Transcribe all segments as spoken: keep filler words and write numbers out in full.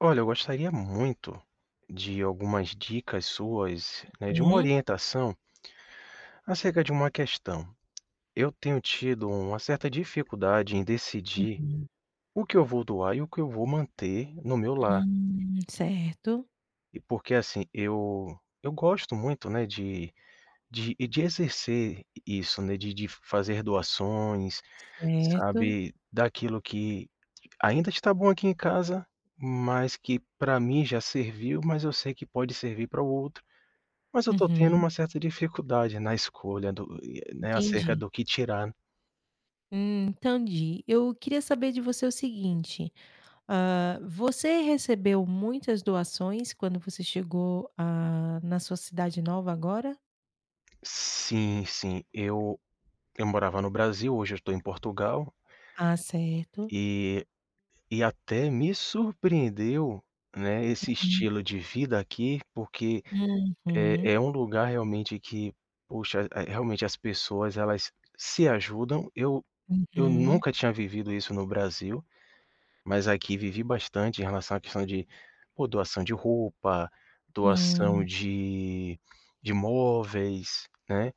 Olha, eu gostaria muito de algumas dicas suas, né, de uma Hum, orientação acerca de uma questão. Eu tenho tido uma certa dificuldade em decidir uhum. o que eu vou doar e o que eu vou manter no meu lar. Hum, certo, E porque assim, eu eu gosto muito, né, de de e de exercer isso, né, de de fazer doações, certo. sabe, daquilo que ainda está bom aqui em casa, mas que para mim já serviu, mas eu sei que pode servir para o outro. Mas eu tô tendo Uhum, uma certa dificuldade na escolha do, né, acerca entendi. do que tirar. Hum, entendi. Eu queria saber de você o seguinte, ah você recebeu muitas doações quando você chegou, ah, na sua cidade nova agora? Sim, sim. Eu eu morava no Brasil, hoje eu estou em Portugal, Ah, certo. e e até me surpreendeu, né, esse Hum. estilo de vida aqui, porque é Uhum, é um lugar realmente que, poxa, eh, realmente as pessoas elas se ajudam. Eu eu uhum. nunca tinha vivido isso no Brasil. Mas aqui vivi bastante em relação à questão de, pô, doação de roupa, doação Hum. de de móveis, né,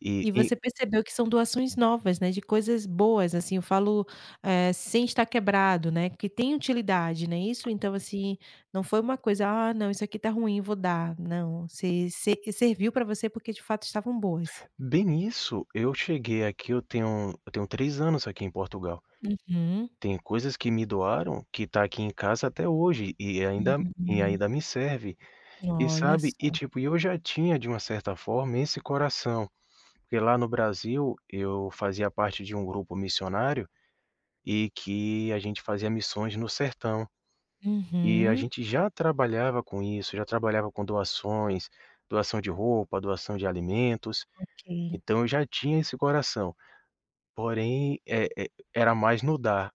e E e você percebeu que são doações novas, né, de coisas boas, assim, eu falo, eh, sem estar quebrado, né, que tem utilidade, né, isso então, assim, não foi uma coisa: "Ah, não, isso aqui tá ruim, vou dar", não, se se serviu pra você porque de fato estavam boas. bem isso, eu cheguei aqui, eu tenho eu tenho três anos aqui em Portugal. Uhum. Tem coisas que me doaram que tá aqui em casa até hoje e ainda e Hum. ainda me serve. E Olha sabe, e só. tipo, eu já tinha de uma certa forma esse coração, porque lá no Brasil eu fazia parte de um grupo missionário e que a gente fazia missões no sertão. E a Uhum. gente já trabalhava com isso, já trabalhava com doações, doação de roupa, doação de alimentos, Ok. então eu já tinha esse coração, porém, eh eh, era mais no dar.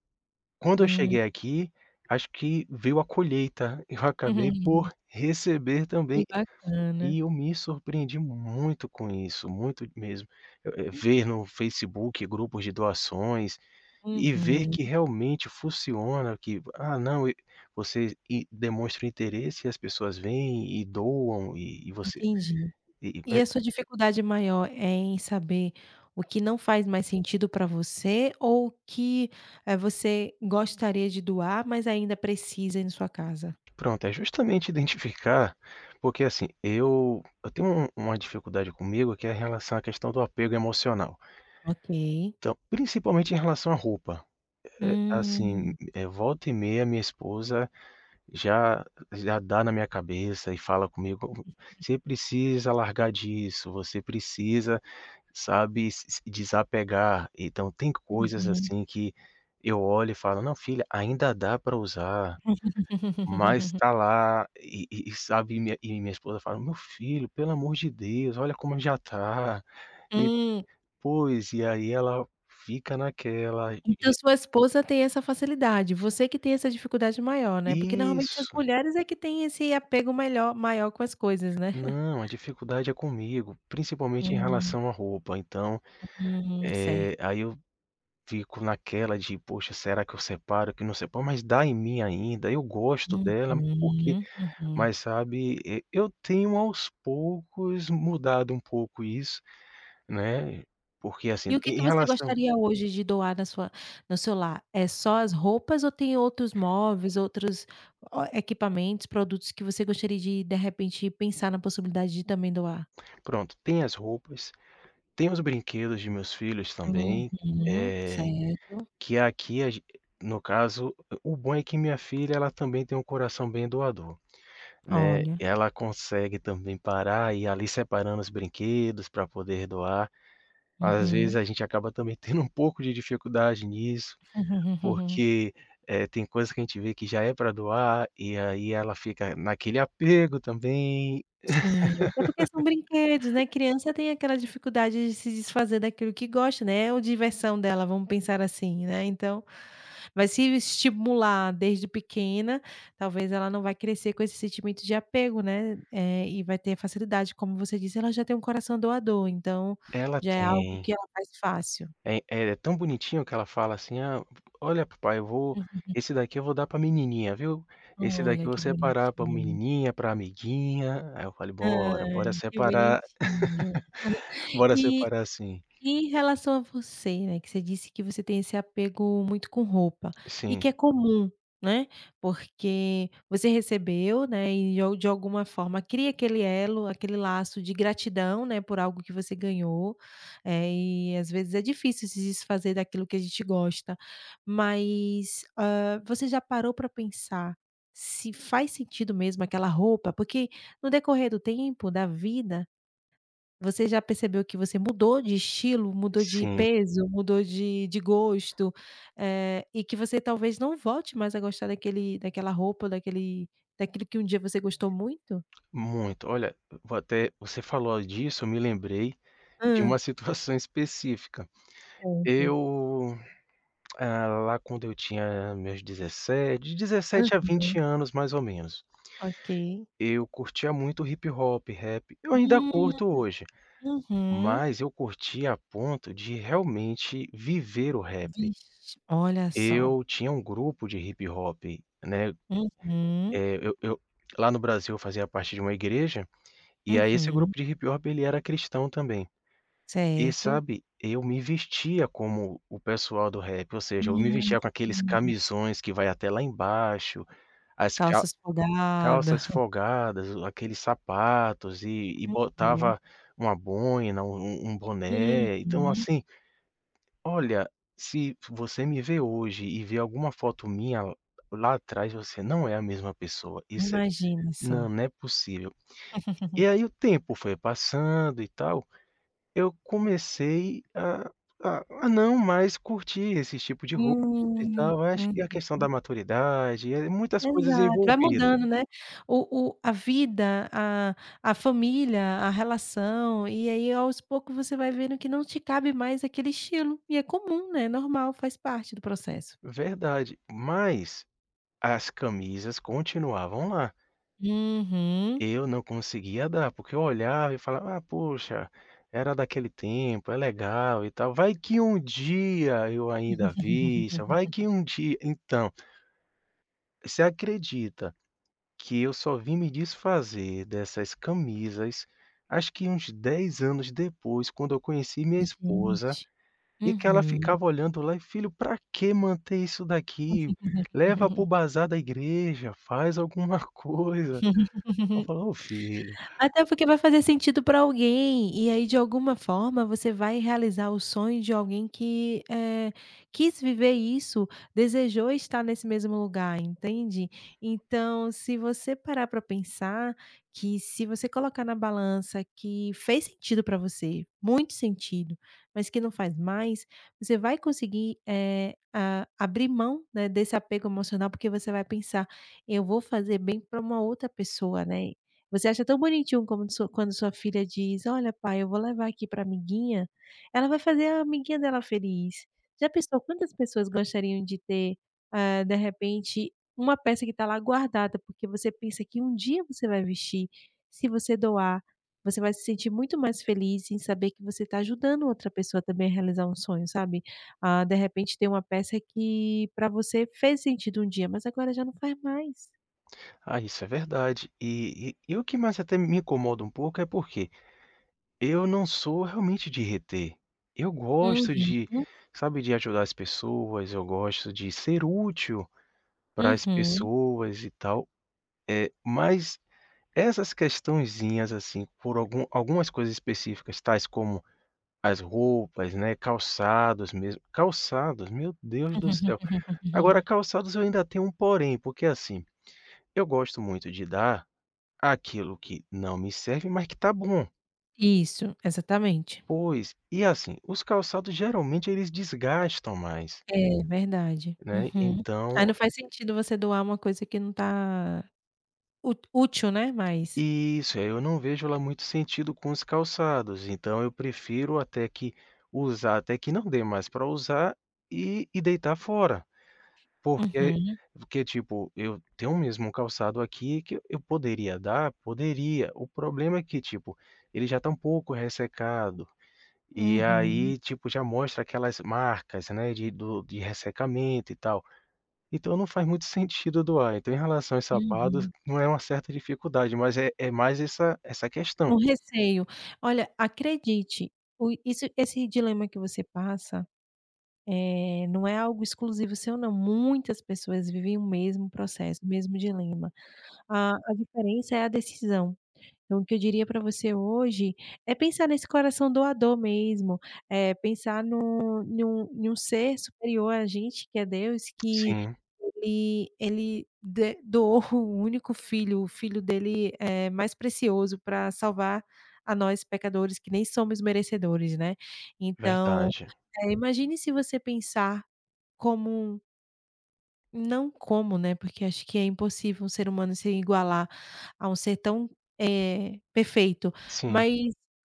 Quando eu Hum. cheguei aqui, acho que veio a colheita, eu acabei por receber Que também, bacana. e eu me surpreendi muito com isso, muito mesmo. Eh eh, ver no Facebook grupos de doações, e ver Uhum. que realmente funciona, que, ah, não, e você e demonstra interesse e as pessoas vêm e doam e e você. Entendi. e e E é- a sua dificuldade maior é em saber o que não faz mais sentido para você ou o que, eh, você gostaria de doar, mas ainda precisa em sua casa? Pronto, é justamente identificar, porque assim, eu eu tenho um uma dificuldade comigo que é em relação à questão do apego emocional. Ok. Então, principalmente em relação à roupa. Assim, Hum. eh, volta e meia minha esposa já já dá na minha cabeça e fala comigo: "Você precisa largar disso, você precisa. Sabe, se se desapegar. Então tem coisas, Uhum. assim, que eu olho e falo: "Não, filha, ainda dá para usar", mas tá lá e e e sabe, e minha e minha esposa fala: "Meu filho, pelo amor de Deus, olha como já tá". E Hum. pois, e aí ela fica naquela. Então Ge sua esposa tem essa facilidade, você que tem essa dificuldade maior, né, porque normalmente as Isso. mulheres é que têm esse apego melhor maior com as coisas, né. Não, a dificuldade é comigo, principalmente em Hum, relação à roupa. Então, hum, eh, certo. aí eu fico naquela de: "Poxa, será que eu separo, que não separo?", mas dá em mim ainda, eu gosto Uhum, dela, porque. uhum. Mas sabe, e eu tenho aos poucos mudado um pouco isso, né, porque assim, E o que em em que você relação. gostaria hoje de doar na sua no seu lar? É só as roupas ou tem outros móveis, outros o equipamentos, produtos que você gostaria de, de repente, pensar na possibilidade de também doar? Pronto, tem as roupas, tem os brinquedos de meus filhos também, Uhum, é certo. que aqui a gen no caso, o bom é que minha filha ela também tem um coração bem doador, né, Olha. ela consegue também parar e ir ali separando os brinquedos para poder doar. Às Uhum. vezes a gente acaba também tendo um pouco de dificuldade nisso, porque, eh, tem coisa que a gente vê que já é para doar, e aí ela fica naquele apego também. Sim, até porque são brinquedos, né, criança tem aquela dificuldade de se desfazer daquilo que gosta, né, é o diversão dela, vamos pensar assim, né, então, vai se estimular desde pequena, talvez ela não vai crescer com esse sentimento de apego, né, eh, e vai ter facilidade, como você disse, ela já tem um coração doador, então Ela já é algo que tem. ela faz fácil. É é é tão bonitinho que ela fala assim: "Ah, olha papai, eu vou. Esse daqui eu vou dar pra menininha, viu? Esse daqui Olha eu vou que separar pra bonitinho. menininha, pra amiguinha". Aí eu falei: "Bora, bora Ai, que separar". bonitinho. Bora E separar assim. E em relação a você, né, que você disse que você tem esse apego muito com roupa, e Sim. que é comum, né, porque você recebeu, né, e de al de alguma forma cria aquele elo, aquele laço de gratidão, né, por algo que você ganhou, eh, e às vezes é difícil se desfazer daquilo que a gente gosta. Mas, hã, você já parou para pensar se faz sentido mesmo aquela roupa? Porque no decorrer do tempo, da vida, você já percebeu que você mudou de estilo, mudou de Sim, peso, mudou de de gosto, eh, e que você talvez não volte mais a gostar daquele daquela roupa, daquele daquilo que um dia você gostou muito? muito. Olha, vou até, você falou disso, eu me lembrei de Hã, uma situação específica. certo. Eu, ah, lá quando eu tinha meus dezessete, de dezessete a vinte Aham. anos, mais ou menos, Ok. eu curtia muito hip hop, rap. Eu ainda curto Hum, hoje, uhum. mas eu curtia a ponto de realmente viver o rap. Vixe, olha só. Eu tinha um grupo de hip hop, né, Uhum, eh, eu eu lá no Brasil eu fazia parte de uma igreja, e aí esse uhum, grupo de hip hop ele era cristão também. E certo. sabe, eu me vestia como o pessoal do rap, ou seja, eu me Hum, vestia com aqueles camisões que vai até lá embaixo, as calça cal folgada. calças folgadas, o aqueles sapatos e e Uhum, botava uma boina, um um boné, então uhum, assim, olha, se você me vê hoje e vê alguma foto minha lá atrás, você não é a mesma pessoa, isso é imagina só. não, não é possível. E aí o tempo foi passando e tal. Eu comecei a a a não mais curtir esse tipo de roupa e Hum, tal, acho que é a uhum. questão da maturidade, é muitas coisas Exato, vai envolvidas. mudando, né, o o a vida, a a família, a relação, e aí aos poucos você vai vendo que não te cabe mais aquele estilo, e é comum, né, normal, faz parte do processo. Verdade, mas as camisas continuavam lá, Uhum. eu não conseguia dar, porque eu olhava e falava: "Ah, poxa, era daquele tempo, é legal e tal, vai que um dia eu ainda vista, vai que um dia", então, você acredita que eu só vim me desfazer dessas camisas acho que uns dez anos depois, quando eu conheci minha esposa, Gente. e que ela Uhum. ficava olhando lá e: "Filho, pra que manter isso daqui? Leva para o bazar da igreja, faz alguma coisa". Eu falo: "Ô filho, Até porque vai fazer sentido para alguém, e aí de alguma forma você vai realizar o sonho de alguém que, eh, quis viver isso, desejou estar nesse mesmo lugar, entende? Então, se você parar para pensar que se você colocar na balança que fez sentido para você, muito sentido, mas que não faz mais, você vai conseguir, eh, a abrir mão, né, desse apego emocional, porque você vai pensar: "Eu vou fazer bem para uma outra pessoa, né". Você acha tão bonitinho como sua quando sua filha diz: "Olha pai, eu vou levar aqui pra amiguinha", ela vai fazer a amiguinha dela feliz. Já pensou quantas pessoas gostariam de ter, eh, de repente, uma peça que está lá guardada, porque você pensa que um dia você vai vestir. Se você doar, você vai se sentir muito mais feliz em saber que você está ajudando outra pessoa também a realizar um sonho, sabe. Ah, de repente tem uma peça que para você fez sentido um dia, mas agora já não faz mais. ah, isso é verdade". E e e o que mais até me incomoda um pouco é porque eu não sou realmente de reter. Eu gosto de, Uhum, sabe, de ajudar as pessoas, eu gosto de ser útil para as uhum. pessoas e tal, eh, mas essas questõezinhas, assim, por algum algumas coisas específicas, tais como as roupas, né, calçados, mesmo calçados, meu Deus do céu. Agora calçados eu ainda tenho um porém, porque, assim, eu gosto muito de dar aquilo que não me serve, mas que tá bom. Isso, exatamente. Pois, e assim, os calçados geralmente eles desgastam mais, É, verdade. né, Uhum. Aí então. não faz sentido você doar uma coisa que não tá ú útil, né, mais. Isso, aí eu não vejo lá muito sentido com os calçados, então eu prefiro até que usar, até que não dê mais para usar e e deitar fora, porque Uhum, porque, tipo, eu tenho mesmo um calçado aqui que eu poderia dar, poderia, o problema é que, tipo, ele já está um pouco ressecado, e uhum, aí, tipo, já mostra aquelas marcas, né, de do de ressecamento e tal. Então não faz muito sentido doar. Então, em relação aos sapatos, uhum. não é uma certa dificuldade, mas é é mais essa essa questão. Um receio. Olha, acredite, o isso esse dilema que você passa, eh, não é algo exclusivo seu não, muitas pessoas vivem o mesmo processo, o mesmo dilema. A a diferença é a decisão. Então, o que eu diria para você hoje é pensar nesse coração doador mesmo, eh, pensar num num num ser superior a gente, que é Deus, que Sim, ele ele de doou o único filho, o filho dele, eh, mais precioso para salvar a nós pecadores que nem somos merecedores, né. Então, verdade. eh, imagine se você pensar como um não como, né, porque acho que é impossível um ser humano se igualar a um ser tão, eh, perfeito, Sim, mas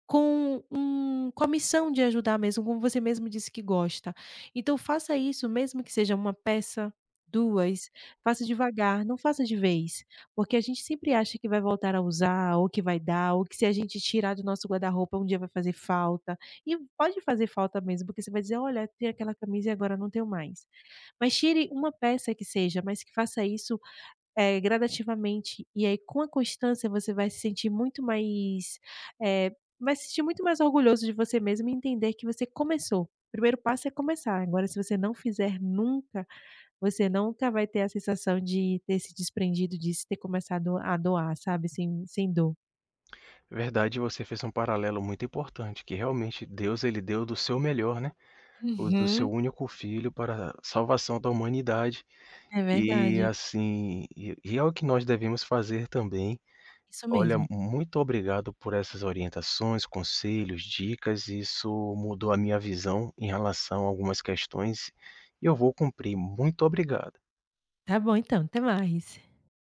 com um com a missão de ajudar mesmo, como você mesmo disse que gosta. Então faça isso, mesmo que seja uma peça, duas. Faça devagar, não faça de vez, porque a gente sempre acha que vai voltar a usar, ou que vai dar, ou que se a gente tirar do nosso guarda-roupa um dia vai fazer falta, e pode fazer falta mesmo, porque você vai dizer: "Olha, tem aquela camisa e agora não tenho mais". Mas tire uma peça que seja, mas que faça isso, eh, gradativamente, e aí com a constância você vai se sentir muito mais, eh, vai se sentir muito mais orgulhoso de você mesmo e entender que você começou. O primeiro passo é começar, agora se você não fizer nunca, você nunca vai ter a sensação de ter se desprendido disso, ter começado a doar, sabe, sem sem dor. verdade, você fez um paralelo muito importante, que realmente Deus, ele deu do seu melhor, né, o do Uhum. seu único filho para a salvação da humanidade. É E verdade, assim, e e é o que nós devemos fazer também. isso Olha, mesmo. muito obrigado por essas orientações, conselhos, dicas. Isso mudou a minha visão em relação a algumas questões e eu vou cumprir. Muito obrigado. Tá bom então, até mais.